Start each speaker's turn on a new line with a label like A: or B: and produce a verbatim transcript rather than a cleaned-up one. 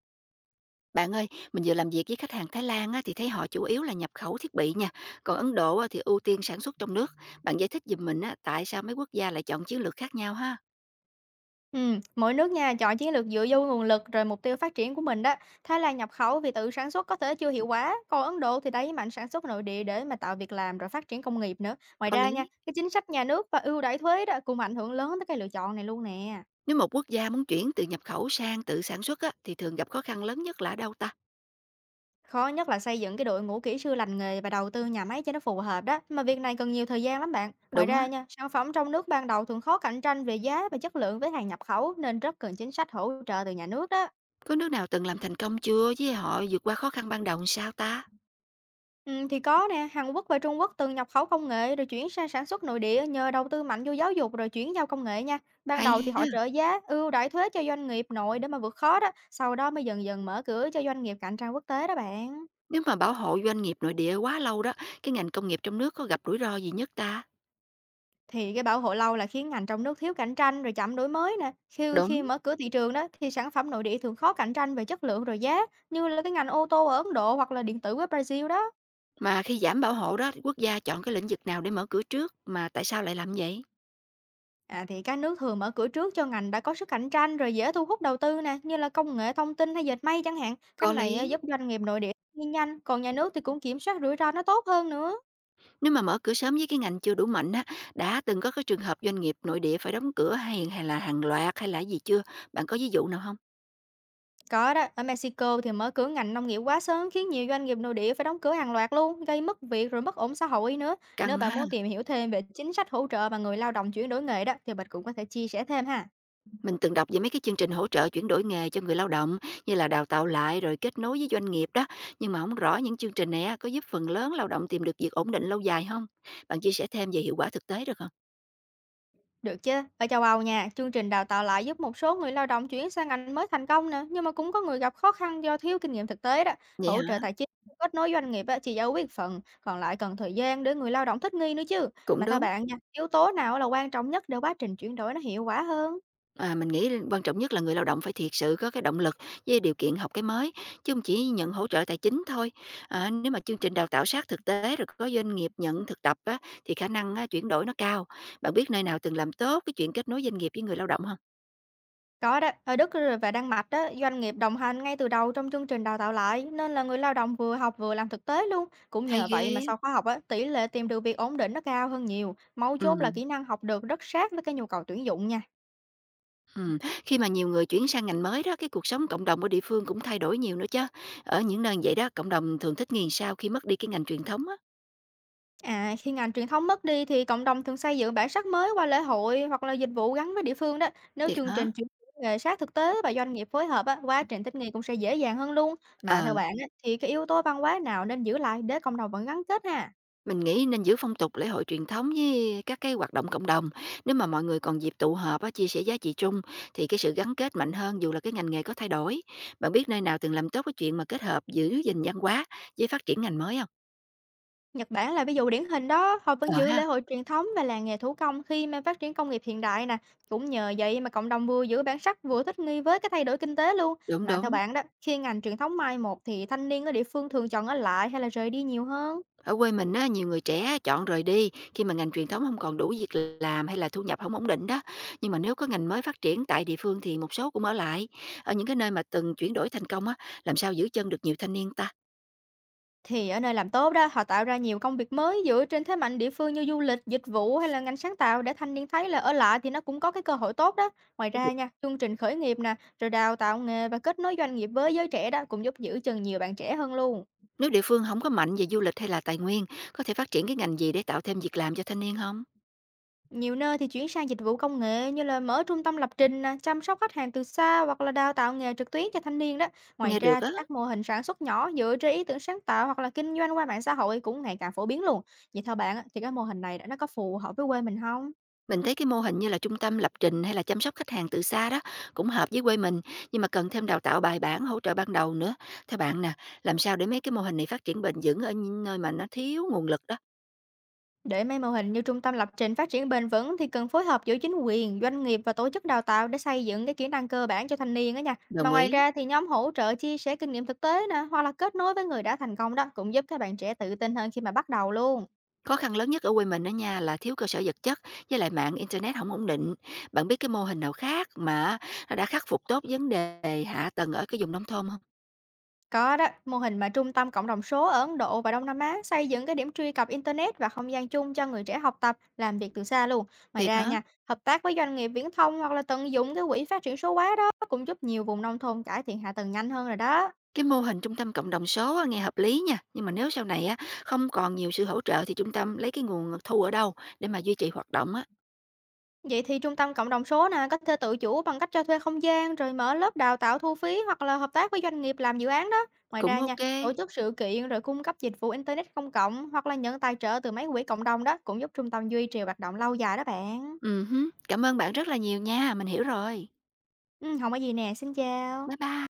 A: Bạn ơi, mình vừa làm việc với khách hàng Thái Lan á, thì thấy họ chủ yếu là nhập khẩu thiết bị nha. Còn Ấn Độ á, thì ưu tiên sản xuất trong nước. Bạn giải thích giùm mình á, tại sao mấy quốc gia lại chọn chiến lược khác nhau ha?
B: Ừm, mỗi nước nha chọn chiến lược dựa vô nguồn lực rồi mục tiêu phát triển của mình đó. Thái Lan nhập khẩu vì tự sản xuất có thể chưa hiệu quả, còn Ấn Độ thì đẩy mạnh sản xuất nội địa để mà tạo việc làm rồi phát triển công nghiệp nữa. Ngoài
A: Có
B: ra nha,
A: lý.
B: cái chính sách nhà nước và ưu đãi thuế đó cũng ảnh hưởng lớn tới cái lựa chọn này luôn nè.
A: Nếu một quốc gia muốn chuyển từ nhập khẩu sang tự sản xuất á, thì thường gặp khó khăn lớn nhất là ở đâu ta?
B: Khó nhất là xây dựng cái đội ngũ kỹ sư lành nghề và đầu tư nhà máy cho nó phù hợp đó, mà việc này cần nhiều thời gian lắm bạn. Ngoài
A: Đúng á.
B: ra nha, sản phẩm trong nước ban đầu thường khó cạnh tranh về giá và chất lượng với hàng nhập khẩu nên rất cần chính sách hỗ trợ từ nhà nước đó.
A: Có nước nào từng làm thành công chưa với họ vượt qua khó khăn ban đầu làm sao ta?
B: Ừm, thì có nè, Hàn Quốc và Trung Quốc từng nhập khẩu công nghệ rồi chuyển sang sản xuất nội địa nhờ đầu tư mạnh vô giáo dục rồi chuyển giao công nghệ nha. Ban đầu thì
A: Hay
B: họ
A: ha.
B: trợ giá, ưu đãi thuế cho doanh nghiệp nội để mà vượt khó đó, sau đó mới dần dần mở cửa cho doanh nghiệp cạnh tranh quốc tế đó bạn.
A: Nếu mà bảo hộ doanh nghiệp nội địa quá lâu đó, cái ngành công nghiệp trong nước có gặp rủi ro gì nhất ta?
B: Thì cái bảo hộ lâu là khiến ngành trong nước thiếu cạnh tranh rồi chậm đổi mới nè. Khi khi
A: Đúng.
B: mở cửa thị trường đó thì sản phẩm nội địa thường khó cạnh tranh về chất lượng rồi giá, như là cái ngành ô tô ở Ấn Độ hoặc là điện tử ở Brazil đó.
A: Mà khi giảm bảo hộ đó, quốc gia chọn cái lĩnh vực nào để mở cửa trước, mà tại sao lại làm vậy?
B: À, thì các nước thường mở cửa trước cho ngành đã có sức cạnh tranh rồi dễ thu hút đầu tư nè, như là công nghệ thông tin hay dệt may chẳng hạn. Cách
A: Có
B: này á,
A: lý.
B: giúp doanh nghiệp nội địa đi nhanh, còn nhà nước thì cũng kiểm soát rủi ro nó tốt hơn nữa.
A: Nếu mà mở cửa sớm với cái ngành chưa đủ mạnh á, đã từng có cái trường hợp doanh nghiệp nội địa phải đóng cửa hay hay là hàng loạt hay là gì chưa? Bạn có ví dụ nào không?
B: Có đó, ở Mexico thì mở cửa ngành nông nghiệp quá sớm khiến nhiều doanh nghiệp nội địa phải đóng cửa hàng loạt luôn, gây mất việc rồi mất ổn xã hội nữa. Nếu
A: Căng
B: bạn
A: ha.
B: muốn tìm hiểu thêm về chính sách hỗ trợ mà người lao động chuyển đổi nghề đó thì mình cũng có thể chia sẻ thêm ha.
A: Mình từng đọc về mấy cái chương trình hỗ trợ chuyển đổi nghề cho người lao động như là đào tạo lại rồi kết nối với doanh nghiệp đó, nhưng mà không rõ những chương trình này á, có giúp phần lớn lao động tìm được việc ổn định lâu dài không? Bạn chia sẻ thêm về hiệu quả thực tế được không?
B: Được chứ, ở châu Âu nha, chương trình đào tạo lại giúp một số người lao động chuyển sang ngành mới thành công nè, nhưng mà cũng có người gặp khó khăn do thiếu kinh nghiệm thực tế đó.
A: Vậy
B: Hỗ trợ
A: hả?
B: tài chính, kết nối doanh nghiệp á, chỉ giải quyết phần, còn lại cần thời gian để người lao động thích nghi nữa chứ. Mà
A: Cũng
B: theo
A: đúng.
B: bạn nha, yếu tố nào là quan trọng nhất để quá trình chuyển đổi nó hiệu quả hơn?
A: À, mình nghĩ quan trọng nhất là người lao động phải thiệt sự có cái động lực với điều kiện học cái mới, chứ không chỉ nhận hỗ trợ tài chính thôi. À, nếu mà chương trình đào tạo sát thực tế rồi có doanh nghiệp nhận thực tập á, thì khả năng á chuyển đổi nó cao. Bạn biết nơi nào từng làm tốt cái chuyện kết nối doanh nghiệp với người lao động không?
B: Có đó, ở Đức r và Đan Mạch á, doanh nghiệp đồng hành ngay từ đầu trong chương trình đào tạo lại, nên là người lao động vừa học vừa làm thực tế luôn. Cũng
A: Hay
B: nhờ
A: ghê
B: vậy mà
A: á!
B: sau khóa học á, tỷ lệ tìm được việc ổn định nó cao hơn nhiều. Mấu chốt là
A: Ừm,
B: kỹ năng học được rất sát với cái nhu cầu tuyển dụng nha.
A: khi mà nhiều người chuyển sang ngành mới đó, cái cuộc sống cộng đồng ở địa phương cũng thay đổi nhiều nữa chứ. Ở những nơi vậy đó, cộng đồng thường thích nghi sao khi mất đi cái ngành truyền thống á.
B: À, khi ngành truyền thống mất đi thì cộng đồng thường xây dựng bản sắc mới qua lễ hội hoặc là dịch vụ gắn với địa phương đó. Nếu
A: Thiệt
B: chương
A: hả?
B: trình chuyển đổi nghề sát thực tế và doanh nghiệp phối hợp á, quá trình thích nghi cũng sẽ dễ dàng hơn luôn. Mà
A: Ờ.
B: theo bạn á, thì cái yếu tố văn hóa nào nên giữ lại để cộng đồng vẫn gắn kết ha?
A: Mình nghĩ nên giữ phong tục lễ hội truyền thống với các cái hoạt động cộng đồng. Nếu mà mọi người còn dịp tụ họp á, chia sẻ giá trị chung thì cái sự gắn kết mạnh hơn dù là cái ngành nghề có thay đổi. Bạn biết nơi nào từng làm tốt cái chuyện mà kết hợp giữ gìn văn hóa với phát triển ngành mới không?
B: Nhật Bản là ví dụ điển hình đó, họ vẫn
A: Ờ
B: giữ
A: ha,
B: lễ hội truyền thống và làng nghề thủ công khi mà phát triển công nghiệp hiện đại nè. Cũng nhờ vậy mà cộng đồng vừa giữ bản sắc vừa thích nghi với cái thay đổi kinh tế luôn.
A: đúng
B: Mà theo
A: đúng.
B: bạn đó, khi ngành truyền thống mai một thì thanh niên ở địa phương thường chọn ở lại hay là rời đi nhiều hơn?
A: Ở quê mình á, nhiều người trẻ chọn rời đi khi mà ngành truyền thống không còn đủ việc làm hay là thu nhập không ổn định đó. Nhưng mà nếu có ngành mới phát triển tại địa phương thì một số cũng ở lại. Ở những cái nơi mà từng chuyển đổi thành công á, làm sao giữ chân được nhiều thanh niên ta?
B: Thì ở nơi làm tốt đó, họ tạo ra nhiều công việc mới dựa trên thế mạnh địa phương như du lịch, dịch vụ hay là ngành sáng tạo để thanh niên thấy là ở lại thì nó cũng có cái cơ hội tốt đó. Ngoài ra nha, chương trình khởi nghiệp nè, rồi đào tạo nghề và kết nối doanh nghiệp với giới trẻ đó cũng giúp giữ chân nhiều bạn trẻ hơn luôn.
A: Nếu địa phương không có mạnh về du lịch hay là tài nguyên, có thể phát triển cái ngành gì để tạo thêm việc làm cho thanh niên không?
B: Nhiều nơi thì chuyển sang dịch vụ công nghệ như là mở trung tâm lập trình, nè, chăm sóc khách hàng từ xa hoặc là đào tạo nghề trực tuyến cho thanh niên đó. Ngoài
A: Nghe được
B: ra
A: á,
B: thì các mô hình sản xuất nhỏ dựa trên ý tưởng sáng tạo hoặc là kinh doanh qua mạng xã hội cũng ngày càng phổ biến luôn. Vậy theo bạn á, thì các mô hình này đã nó có phù hợp với quê mình không?
A: mình thấy cái mô hình như là trung tâm lập trình hay là chăm sóc khách hàng từ xa đó, cũng hợp với quê mình, nhưng mà cần thêm đào tạo bài bản, hỗ trợ ban đầu nữa. Theo bạn nè, làm sao để mấy cái mô hình này phát triển bền vững ở những nơi mà nó thiếu nguồn lực đó?
B: Để mấy mô hình như trung tâm lập trình phát triển bền vững thì cần phối hợp giữa chính quyền, doanh nghiệp và tổ chức đào tạo để xây dựng cái kỹ năng cơ bản cho thanh niên đó nha. Mà
A: Đồng
B: ngoài
A: ý.
B: ra thì nhóm hỗ trợ chia sẻ kinh nghiệm thực tế nè, hoặc là kết nối với người đã thành công đó cũng giúp các bạn trẻ tự tin hơn khi mà bắt đầu luôn.
A: Khó khăn lớn nhất ở quê mình đó nha là thiếu cơ sở vật chất với lại mạng internet không ổn định. Bạn biết cái mô hình nào khác mà nó đã khắc phục tốt vấn đề hạ tầng ở cái vùng nông thôn không?
B: Có đó, mô hình mà trung tâm cộng đồng số ở Ấn Độ và Đông Nam Á xây dựng cái điểm truy cập Internet và không gian chung cho người trẻ học tập, làm việc từ xa luôn. Ngoài
A: Thiệt
B: ra
A: hả?
B: nha, hợp tác với doanh nghiệp viễn thông hoặc là tận dụng cái quỹ phát triển số hóa đó cũng giúp nhiều vùng nông thôn cải thiện hạ tầng nhanh hơn rồi đó.
A: Cái mô hình trung tâm cộng đồng số á, nghe hợp lý nha, nhưng mà nếu sau này á không còn nhiều sự hỗ trợ thì trung tâm lấy cái nguồn thu ở đâu để mà duy trì hoạt động á,
B: Vậy thì trung tâm cộng đồng số nè, có thể tự chủ bằng cách cho thuê không gian, rồi mở lớp đào tạo thu phí hoặc là hợp tác với doanh nghiệp làm dự án đó. Ngoài
A: cũng
B: ra nha,
A: ok.
B: tổ chức sự kiện rồi cung cấp dịch vụ Internet công cộng hoặc là nhận tài trợ từ mấy quỹ cộng đồng đó cũng giúp trung tâm duy trì hoạt động lâu dài đó bạn.
A: Ừm hứm, cảm ơn bạn rất là nhiều nha, mình hiểu rồi.
B: Ừm, hổng có gì nè, xin chào.
A: Bye bye.